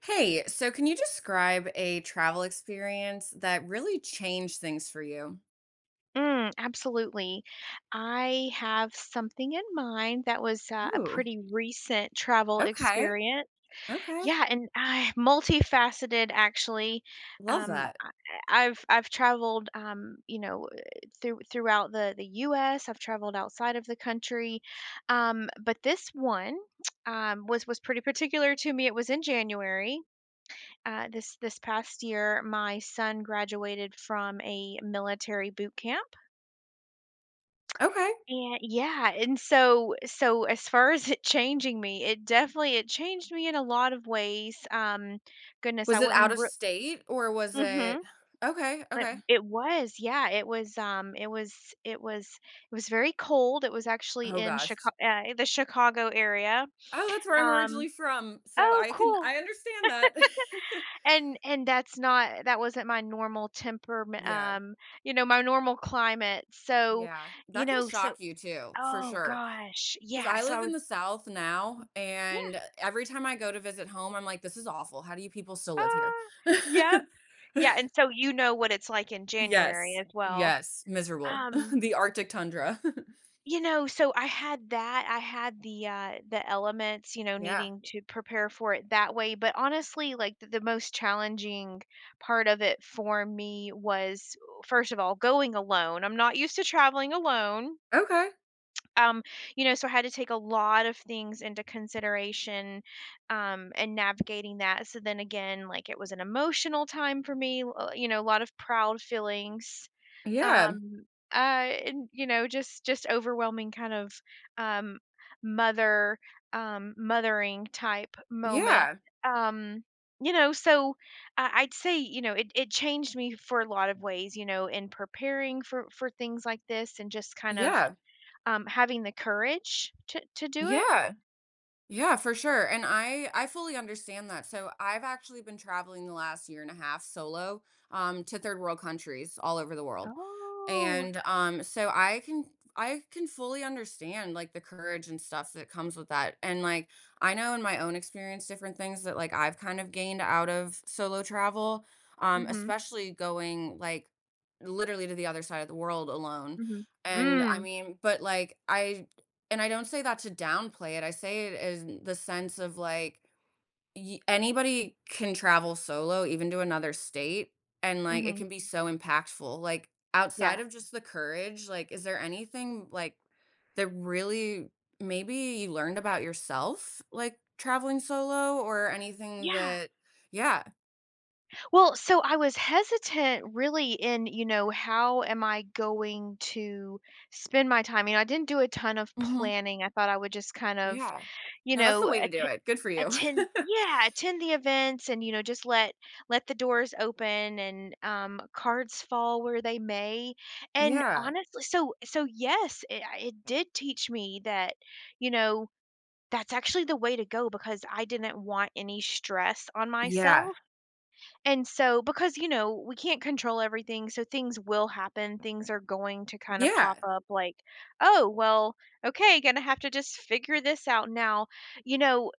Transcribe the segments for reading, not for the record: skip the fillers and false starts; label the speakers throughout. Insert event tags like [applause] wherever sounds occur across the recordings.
Speaker 1: Hey, so can you describe a travel experience that really changed things for you?
Speaker 2: Mm, absolutely. I have something in mind that was a
Speaker 1: Ooh,
Speaker 2: pretty recent travel
Speaker 1: okay.
Speaker 2: experience.
Speaker 1: Okay.
Speaker 2: Yeah, and I multifaceted actually.
Speaker 1: Love
Speaker 2: Um,
Speaker 1: that.
Speaker 2: I've traveled, throughout the U.S. I've traveled outside of the country, but this one [tsk] was pretty particular to me. It was in January. This past year, my son graduated from a military boot camp.
Speaker 1: Okay.
Speaker 2: And yeah, and so as far as it changing me, it definitely it changed me in a lot of ways. Goodness,
Speaker 1: Was
Speaker 2: I
Speaker 1: it out
Speaker 2: wouldn't.
Speaker 1: of state or was
Speaker 2: Mm-hmm.
Speaker 1: it. Okay,
Speaker 2: It,
Speaker 1: okay.
Speaker 2: it was, yeah, it was. It was. It was. It was very cold. It was actually
Speaker 1: Oh
Speaker 2: in
Speaker 1: gosh.
Speaker 2: Chicago, the Chicago area.
Speaker 1: Oh, that's where I'm
Speaker 2: Um.
Speaker 1: originally from, so
Speaker 2: Oh,
Speaker 1: I can
Speaker 2: cool.
Speaker 1: I understand that. [laughs]
Speaker 2: And that's not that wasn't my normal temper.
Speaker 1: Yeah.
Speaker 2: You know, my normal climate. So,
Speaker 1: Yeah,
Speaker 2: you
Speaker 1: that can
Speaker 2: know, so
Speaker 1: shock you too, for
Speaker 2: oh
Speaker 1: sure.
Speaker 2: gosh,
Speaker 1: Because
Speaker 2: yeah.
Speaker 1: I
Speaker 2: So I
Speaker 1: live in
Speaker 2: was.
Speaker 1: the South now,
Speaker 2: Yeah.
Speaker 1: and every time I go to visit home, I'm like, this is awful. How do you people still live here?
Speaker 2: Ah, yep. Yeah,
Speaker 1: [laughs]
Speaker 2: and so you know what it's like in January
Speaker 1: Yes,
Speaker 2: as well.
Speaker 1: yes, miserable. [laughs]
Speaker 2: Um,
Speaker 1: The Arctic tundra. [laughs]
Speaker 2: you know, so I had that, I had the elements, you know,
Speaker 1: Yeah.
Speaker 2: needing to prepare for it that way, but honestly, like, the most challenging part of it for me was, first of all, going alone. I'm not used to traveling alone.
Speaker 1: Okay.
Speaker 2: Um, you know, so I had to take a lot of things into consideration, and navigating that. So then again, like, it was an emotional time for me, you know, a lot of proud feelings.
Speaker 1: Yeah.
Speaker 2: Um, uh, and you know, just overwhelming kind of um mother mothering type moment.
Speaker 1: Yeah.
Speaker 2: Um, you know, so I'd say, you know, it changed me for a lot of ways, you know, in preparing for things like this and just kind of
Speaker 1: Yeah.
Speaker 2: having the courage to do it.
Speaker 1: Yeah. Yeah, for sure. And I fully understand that. So I've actually been traveling the last year and a half solo to third world countries all over the world.
Speaker 2: Oh.
Speaker 1: And, so I can fully understand, like, the courage and stuff that comes with that, and, like, I know in my own experience different things that, like, I've kind of gained out of solo travel,
Speaker 2: Mhm,
Speaker 1: especially going, like, literally to the other side of the world alone,
Speaker 2: mhm.
Speaker 1: and, I
Speaker 2: Mm,
Speaker 1: mean but, like, I and I don't say that to downplay it, I say it in the sense of, like Y anybody can travel solo, even to another state, and, like, it
Speaker 2: mhm,
Speaker 1: can be so impactful, like, outside
Speaker 2: yeah.
Speaker 1: of just the courage, like, is there anything, like, that really maybe you learned about yourself, like, traveling solo or anything
Speaker 2: Yeah.
Speaker 1: that. Yeah.
Speaker 2: Well, so I was hesitant really in, you know, how am I going to spend my time? You know, I didn't do a ton of
Speaker 1: Mhm.
Speaker 2: planning. I thought I would just kind of,
Speaker 1: Yeah.
Speaker 2: you
Speaker 1: No, that's the
Speaker 2: know,
Speaker 1: way to do it, good for you. [laughs]
Speaker 2: attend, yeah, attend the events and, you know, just let the doors open and cards fall where they may. And
Speaker 1: Yeah.
Speaker 2: honestly, so yes, it did teach me that, you know, that's actually the way to go, because I didn't want any stress on
Speaker 1: Yeah.
Speaker 2: myself. And so, because, you know, we can't control everything, so things will happen. Things are going to kind of pop
Speaker 1: Yeah.
Speaker 2: up. Like, oh well, okay, gonna have to just figure this out now, you know.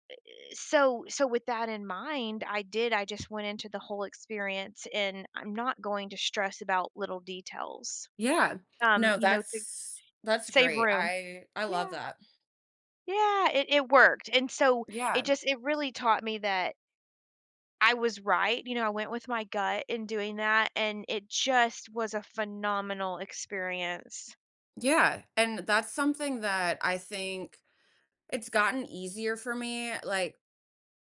Speaker 2: So with that in mind, I just went into the whole experience, and I'm not going to stress about little details,
Speaker 1: Yeah. No,
Speaker 2: you know, to
Speaker 1: that's
Speaker 2: save
Speaker 1: great,
Speaker 2: room.
Speaker 1: I
Speaker 2: Yeah,
Speaker 1: love that.
Speaker 2: yeah, it worked. And so it
Speaker 1: Yeah.
Speaker 2: just it really taught me that I was right, you know. I went with my gut in doing that, and it just was a phenomenal experience.
Speaker 1: Yeah, and that's something that I think it's gotten easier for me, like,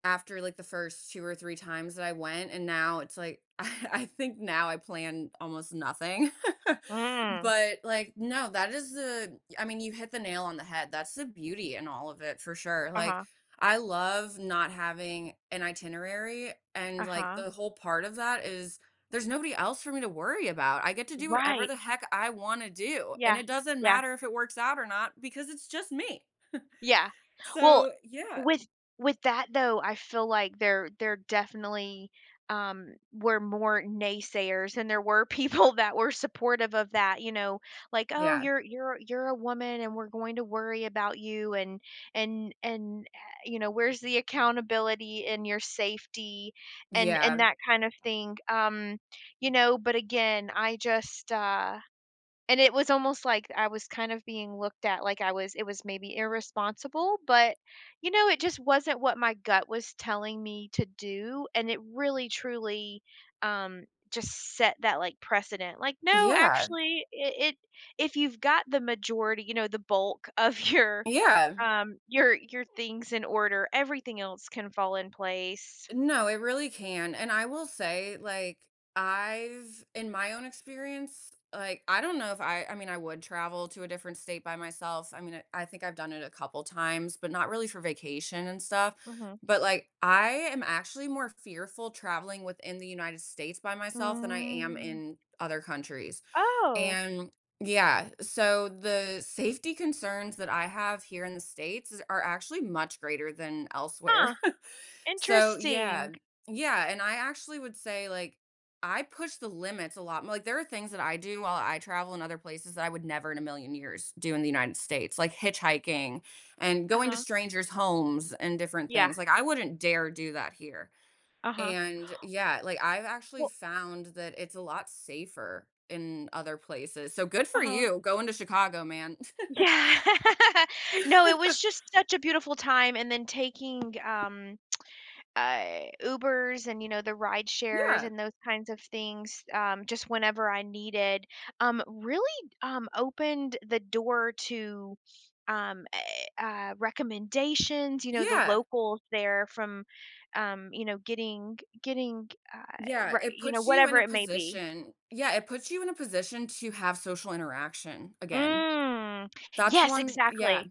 Speaker 1: after, like, the first 2 or 3 times that I went, and now it's like [laughs] I think now I plan almost nothing. [laughs]
Speaker 2: Mm,
Speaker 1: But, like, no, that is the I mean, you hit the nail on the head. That's the beauty in all of it for sure. Like,
Speaker 2: uh-huh,
Speaker 1: I love not having an itinerary, and, like,
Speaker 2: uh-huh,
Speaker 1: the whole part of that is there's nobody else for me to worry about. I get to do whatever
Speaker 2: right,
Speaker 1: the heck I wanna do, and
Speaker 2: yeah,
Speaker 1: it doesn't
Speaker 2: yeah.
Speaker 1: matter if it works out or not because it's just me.
Speaker 2: Yeah. Well,
Speaker 1: So, yeah.
Speaker 2: with with that though, I feel like there definitely were more naysayers and there were people [laughs] that were supportive of that, you know, like, "Oh,
Speaker 1: Yeah.
Speaker 2: you're you're a woman and we're going to worry about you, and and and uh, you know, where's the accountability and your safety
Speaker 1: Yeah.
Speaker 2: and that kind of thing." You know, but again, I just and it was almost like I was kind of being looked at like I was, it was maybe irresponsible, but, you know, it just wasn't what my gut was telling me to do, and it really truly, um, just set that, like, precedent. Like, no,
Speaker 1: Yeah.
Speaker 2: actually, it if you've got the majority, you know, the bulk of [laughs]
Speaker 1: Yeah.
Speaker 2: your things in order, everything else can fall in place.
Speaker 1: No, it really can. And I will say, like, I've, in my own experience, like, I don't know if I, I mean, I would travel to a different state by myself. I mean, I think I've done it a couple times, but not really for vacation and stuff.
Speaker 2: Mhm.
Speaker 1: But like, I am actually more fearful traveling within the United States by myself than I am
Speaker 2: Mm.
Speaker 1: in other countries.
Speaker 2: Oh,
Speaker 1: And yeah, so the safety concerns that I have here in the States are actually much greater than
Speaker 2: huh,
Speaker 1: elsewhere. So yeah.
Speaker 2: interesting.
Speaker 1: Yeah, and I actually would say, like, I push the limits a lot more like, there are things that I do while I travel in other places that I would never in a million years do in the United States, like hitchhiking and going to
Speaker 2: Uh-huh.
Speaker 1: strangers' homes and different
Speaker 2: Yeah,
Speaker 1: things. Like, I wouldn't dare do that here.
Speaker 2: uh-huh.
Speaker 1: And yeah, like, I've actually
Speaker 2: Well.
Speaker 1: found that it's a lot safer in other places. So good for
Speaker 2: Uh-huh.
Speaker 1: you going to Chicago, man. [laughs]
Speaker 2: Yeah. [laughs] No, it was just such a beautiful time, and then taking, Ubers and, you know, the ride shares
Speaker 1: Yeah.
Speaker 2: and those kinds of things, just whenever I needed, really, opened the door to, recommendations, you know, the
Speaker 1: Yeah.
Speaker 2: locals there from, you know, getting
Speaker 1: Yeah,
Speaker 2: right,
Speaker 1: it
Speaker 2: you know,
Speaker 1: puts you in
Speaker 2: whatever
Speaker 1: a
Speaker 2: it may be.
Speaker 1: position, it puts you in a position to have social interaction again.
Speaker 2: Mm.
Speaker 1: That's
Speaker 2: Yes,
Speaker 1: one yeah,
Speaker 2: exactly.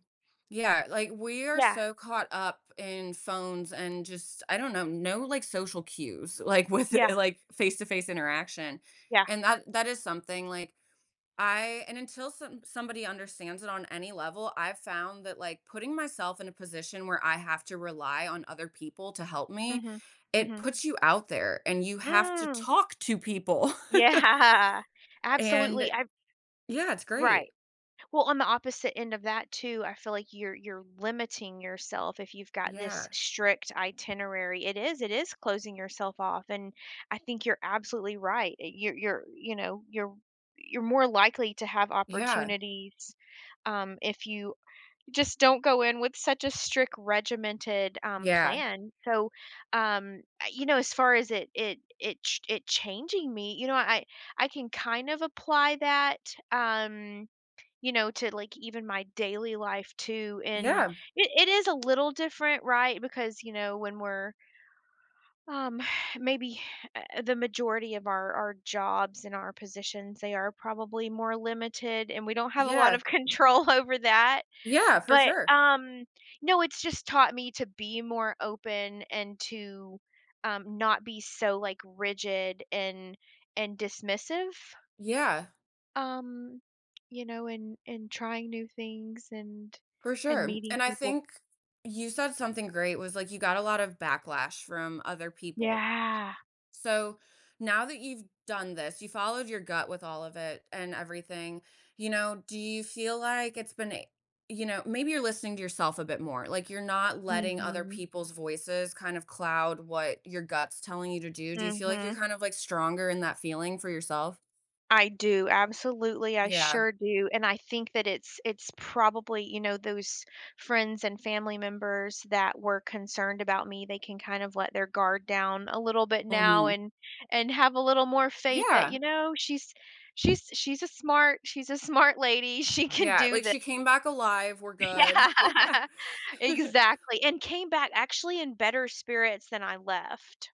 Speaker 1: yeah, like, we are
Speaker 2: Yeah,
Speaker 1: so caught up in phones and just, I don't know, no, like, social cues, like, with, [laughs]
Speaker 2: yeah,
Speaker 1: like, face-to-face interaction,
Speaker 2: yeah.
Speaker 1: and that that is something, like, I and until somebody understands it on any level, I've found that, like, putting myself in a position where I have to rely on other people to help me,
Speaker 2: Mhm,
Speaker 1: it
Speaker 2: mhm.
Speaker 1: puts you out there and you have to
Speaker 2: Mm,
Speaker 1: talk to people. [laughs]
Speaker 2: yeah, [laughs]
Speaker 1: And
Speaker 2: absolutely, I
Speaker 1: yeah, it's great.
Speaker 2: right. Well, on the opposite end of that too, I feel like you're limiting yourself if you've got this
Speaker 1: Yeah.
Speaker 2: strict itinerary. It is closing yourself off, and I think you're absolutely right. You're you know, you're more likely to have
Speaker 1: Yeah.
Speaker 2: opportunities, if you just don't go in with such a strict regimented,
Speaker 1: Yeah.
Speaker 2: plan. So, I, you know, as far as it changing me, you know, I can kind of apply that, you know, to, like, even my daily life too, and
Speaker 1: Yeah.
Speaker 2: it is a little different, right? Because, you know, when we're, um, [sighs] maybe, the majority of our jobs and our positions, they are probably more limited, and we don't have a lot
Speaker 1: Yeah.
Speaker 2: of [laughs] control over that.
Speaker 1: Yeah, for
Speaker 2: But,
Speaker 1: sure.
Speaker 2: no, it's just taught me to be more open and to, not be so, like, rigid and dismissive,
Speaker 1: Yeah,
Speaker 2: um, you know, and trying new things and
Speaker 1: for sure.
Speaker 2: meeting
Speaker 1: And I
Speaker 2: people.
Speaker 1: think you said something great was like you got a lot of backlash from other people.
Speaker 2: Yeah.
Speaker 1: So now that you've done this, you followed your gut with all of it and everything, you know, do you feel like it's been, you know, maybe you're listening to yourself a bit more? Like you're not letting other
Speaker 2: Mhm.
Speaker 1: people's voices kind of cloud what your gut's telling you to do. Do you feel like you're
Speaker 2: Mhm.
Speaker 1: kind of like stronger in that feeling for yourself?
Speaker 2: I do, absolutely, I
Speaker 1: Yeah.
Speaker 2: sure do, and I think that it's probably, you know, those friends and family members that were concerned about me, they can kind of let their guard down a little bit now
Speaker 1: Hmm.
Speaker 2: and have a little more faith that,
Speaker 1: Yeah.
Speaker 2: you know, she's a smart lady, [laughs] she can
Speaker 1: Yeah.
Speaker 2: do
Speaker 1: Like
Speaker 2: this.
Speaker 1: she came back alive. We're
Speaker 2: [laughs]
Speaker 1: good.
Speaker 2: Yeah. [laughs]
Speaker 1: [laughs]
Speaker 2: Exactly, and came back actually in better spirits than I left.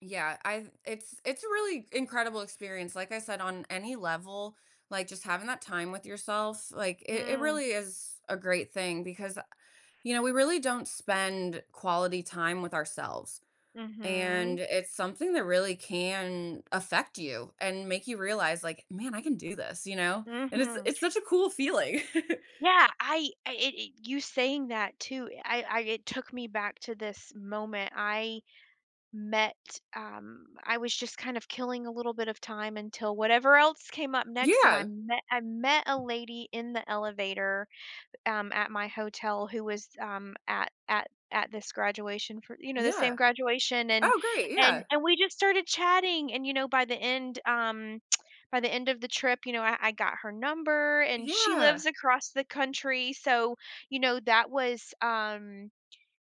Speaker 1: Yeah, I it's a really incredible experience, like I said, on any level, like, just having that time with yourself, like, it
Speaker 2: Mm.
Speaker 1: really is a great thing because, you know, we really don't spend quality time with ourselves, and
Speaker 2: Mhm.
Speaker 1: it's something that really can affect you and make you realize, like, "Man, I can do this," you know? And it's
Speaker 2: Mhm.
Speaker 1: it's such a cool feeling. [laughs]
Speaker 2: Yeah, I it it you saying that too, I it took me back to this moment. I met, I was just kind of killing a little bit of time until whatever else came up next, and I
Speaker 1: Yeah,
Speaker 2: met I met a lady in the elevator at my hotel who was, at this graduation for, you know, the same
Speaker 1: yeah.
Speaker 2: graduation. and
Speaker 1: Oh, great,
Speaker 2: and
Speaker 1: yeah.
Speaker 2: and we just started chatting and, you know, by the end, [tsk] by the end of the trip, you know, I got her number and she
Speaker 1: Yeah.
Speaker 2: lives across the country, so, you know, that was,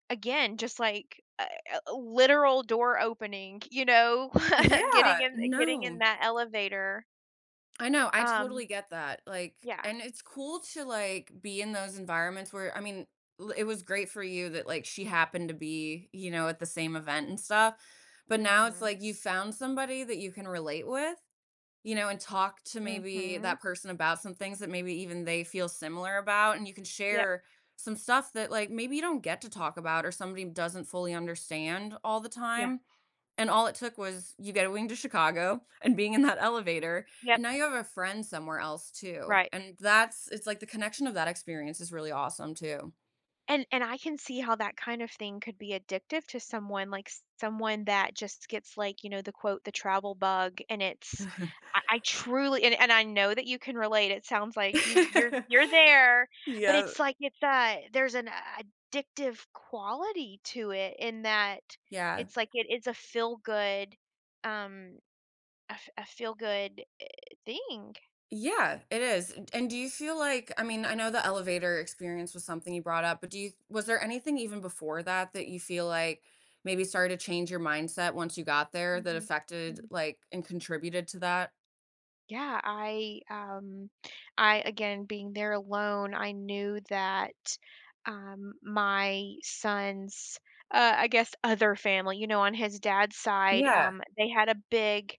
Speaker 2: again, just like a literal door opening, you know, [laughs] getting
Speaker 1: Yeah,
Speaker 2: in getting in
Speaker 1: no.
Speaker 2: that elevator.
Speaker 1: I know, I
Speaker 2: Um,
Speaker 1: totally get that, like
Speaker 2: yeah.
Speaker 1: and it's cool to, like, be in those environments where I mean, l it was great for you that, like, she happened to be, you know, at the same event and stuff, but now it's like
Speaker 2: Mhm.
Speaker 1: you found somebody that you can relate with, you know, and talk to maybe
Speaker 2: Mhm.
Speaker 1: that person about some things that maybe even they feel similar about, and you can
Speaker 2: Yep.
Speaker 1: share some stuff that, like, maybe you don't get to talk about or somebody doesn't fully understand all the
Speaker 2: Yeah.
Speaker 1: time. And all it took was you going to Chicago and being in that elevator, and
Speaker 2: Yep.
Speaker 1: now you have a friend somewhere else too,
Speaker 2: Right.
Speaker 1: and that's it's like the connection of that experience is really awesome too.
Speaker 2: And I can see how that kind of thing could be addictive to someone, like, s someone that just gets, like, you know, the quote, "the travel bug," and it's I truly and I know that you can relate. It sounds like you've you're
Speaker 1: [laughs]
Speaker 2: there, but
Speaker 1: Yeah,
Speaker 2: it's like it's a there's an addictive quality to it, in that
Speaker 1: yeah.
Speaker 2: it's like it is um, a feel good, thing.
Speaker 1: Yeah, it is, and do you feel like, I mean, I know the elevator experience was something you brought up, but do you was there anything even before that that you feel like maybe started to change your mindset once you got there that
Speaker 2: Mhm.
Speaker 1: affected,
Speaker 2: Mhm.
Speaker 1: like, and contributed to that?
Speaker 2: Yeah, I again, being there alone, I knew that my son's I guess other family, you know, on his dad's side,
Speaker 1: Yeah,
Speaker 2: they had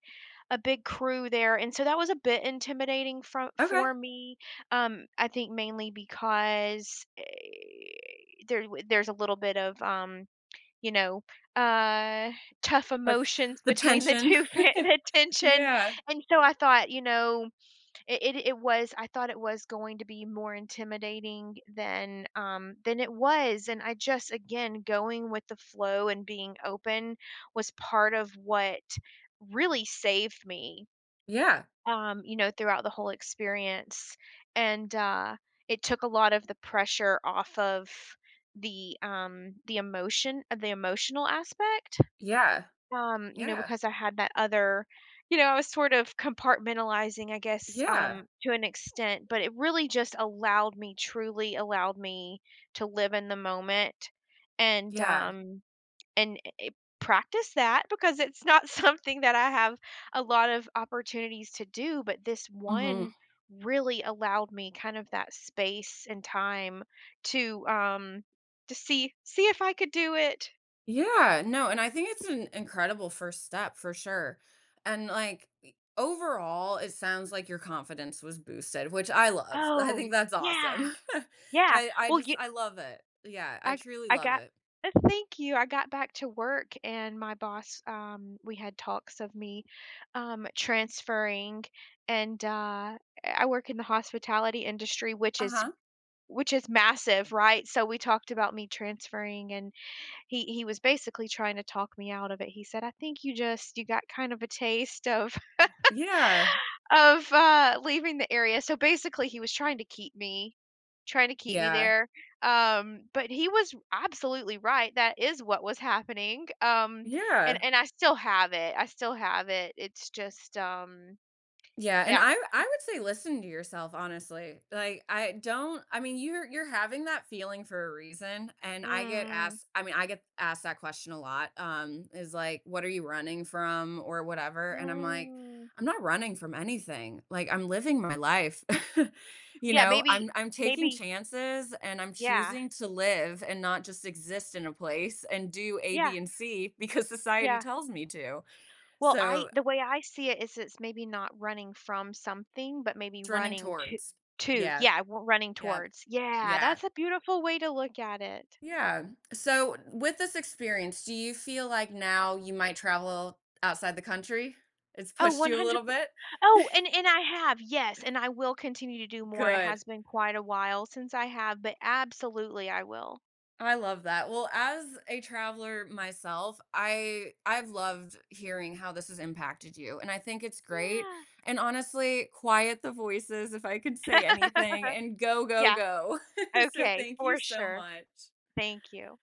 Speaker 2: a big crew there, and so that was a bit intimidating from
Speaker 1: okay.
Speaker 2: for me. I think mainly because there's a little bit of you know, uh, tough
Speaker 1: Like,
Speaker 2: emotions
Speaker 1: the
Speaker 2: between the
Speaker 1: tension.
Speaker 2: two
Speaker 1: [laughs]
Speaker 2: [laughs] the tension,
Speaker 1: Yeah.
Speaker 2: and so I thought, you know, it was, I thought it was going to be more intimidating than it was, and I just again going with the flow and being open was part of what really saved me,
Speaker 1: Yeah.
Speaker 2: you know, throughout the whole experience. And it took a lot of the pressure off of the emotion of the emotional aspect,
Speaker 1: Yeah.
Speaker 2: you know,
Speaker 1: Yeah.
Speaker 2: because I had that other, you know, I was sort of compartmentalizing, I guess,
Speaker 1: Yeah.
Speaker 2: to an extent, but it really just allowed me, truly allowed me to live in the moment, and
Speaker 1: Yeah.
Speaker 2: and eh, practice that, because it's not [laughs] something that I have a lot of opportunities to do, but this
Speaker 1: Mhm.
Speaker 2: one really allowed me kind of that space and time to, to see if I could do it.
Speaker 1: Yeah, no, and I think it's an incredible first step for sure. And, like, e overall, it sounds like your confidence was boosted, which I love. [laughs] I
Speaker 2: Oh,
Speaker 1: think that's
Speaker 2: yeah.
Speaker 1: awesome. [laughs]
Speaker 2: Yeah.
Speaker 1: I
Speaker 2: Well,
Speaker 1: just
Speaker 2: you
Speaker 1: I love it. Yeah, I
Speaker 2: I
Speaker 1: truly
Speaker 2: I
Speaker 1: love
Speaker 2: got
Speaker 1: it.
Speaker 2: thank you. I got back to work and my boss, we had talks of me transferring. And I work in the hospitality industry, which is,
Speaker 1: Uh-huh.
Speaker 2: which is massive, right? So we talked about me transferring, and he was basically trying to talk me out of it. He said, "I think you just you got kind of a taste of
Speaker 1: Yeah.
Speaker 2: [laughs] of, leaving the area." So basically he was trying to keep me, trying to keep me
Speaker 1: Yeah.
Speaker 2: there, but he was absolutely right. That is what was happening,
Speaker 1: Yeah.
Speaker 2: and I still have it, I still have it, it's just,
Speaker 1: Yeah, and
Speaker 2: yeah.
Speaker 1: I would say listen to yourself, honestly. Like, I don't I mean, you're having that feeling for a reason, and I get
Speaker 2: Mm,
Speaker 1: asked I mean, I get asked that question a lot, is like, "What are you running from?" or whatever, and I'm like,
Speaker 2: mm.
Speaker 1: "I'm not running from anything. Like, I'm living my life." [laughs] You
Speaker 2: Yeah,
Speaker 1: know,
Speaker 2: maybe,
Speaker 1: I'm taking
Speaker 2: maybe,
Speaker 1: chances and I'm
Speaker 2: yeah,
Speaker 1: choosing to live and not just exist in a place and do A,
Speaker 2: yeah,
Speaker 1: B, and C because society
Speaker 2: yeah.
Speaker 1: tells me to.
Speaker 2: Well, I,
Speaker 1: So,
Speaker 2: the way I see it is, it's maybe not running from something, but maybe
Speaker 1: it's running
Speaker 2: running to
Speaker 1: towards. Yeah.
Speaker 2: Yeah, running
Speaker 1: Yeah.
Speaker 2: towards. Yeah,
Speaker 1: Yeah.
Speaker 2: that's a beautiful way to look at it.
Speaker 1: Yeah. So with this experience, do you feel like now you might travel outside the country? It's
Speaker 2: Oh,
Speaker 1: pushed you a
Speaker 2: 100.
Speaker 1: little bit?
Speaker 2: Oh, and I have. Yes, and I will continue to do
Speaker 1: [laughs]
Speaker 2: more. It
Speaker 1: Good.
Speaker 2: has been quite a while since I have, but absolutely I will.
Speaker 1: I love that. Well, as a traveler myself, I've loved hearing how this has impacted you, and I think it's great.
Speaker 2: Yeah.
Speaker 1: And honestly, quiet the voices if I could say anything and go go
Speaker 2: Yeah.
Speaker 1: go. [laughs] so
Speaker 2: Okay,
Speaker 1: thank you
Speaker 2: for
Speaker 1: so
Speaker 2: sure.
Speaker 1: much.
Speaker 2: Thank you.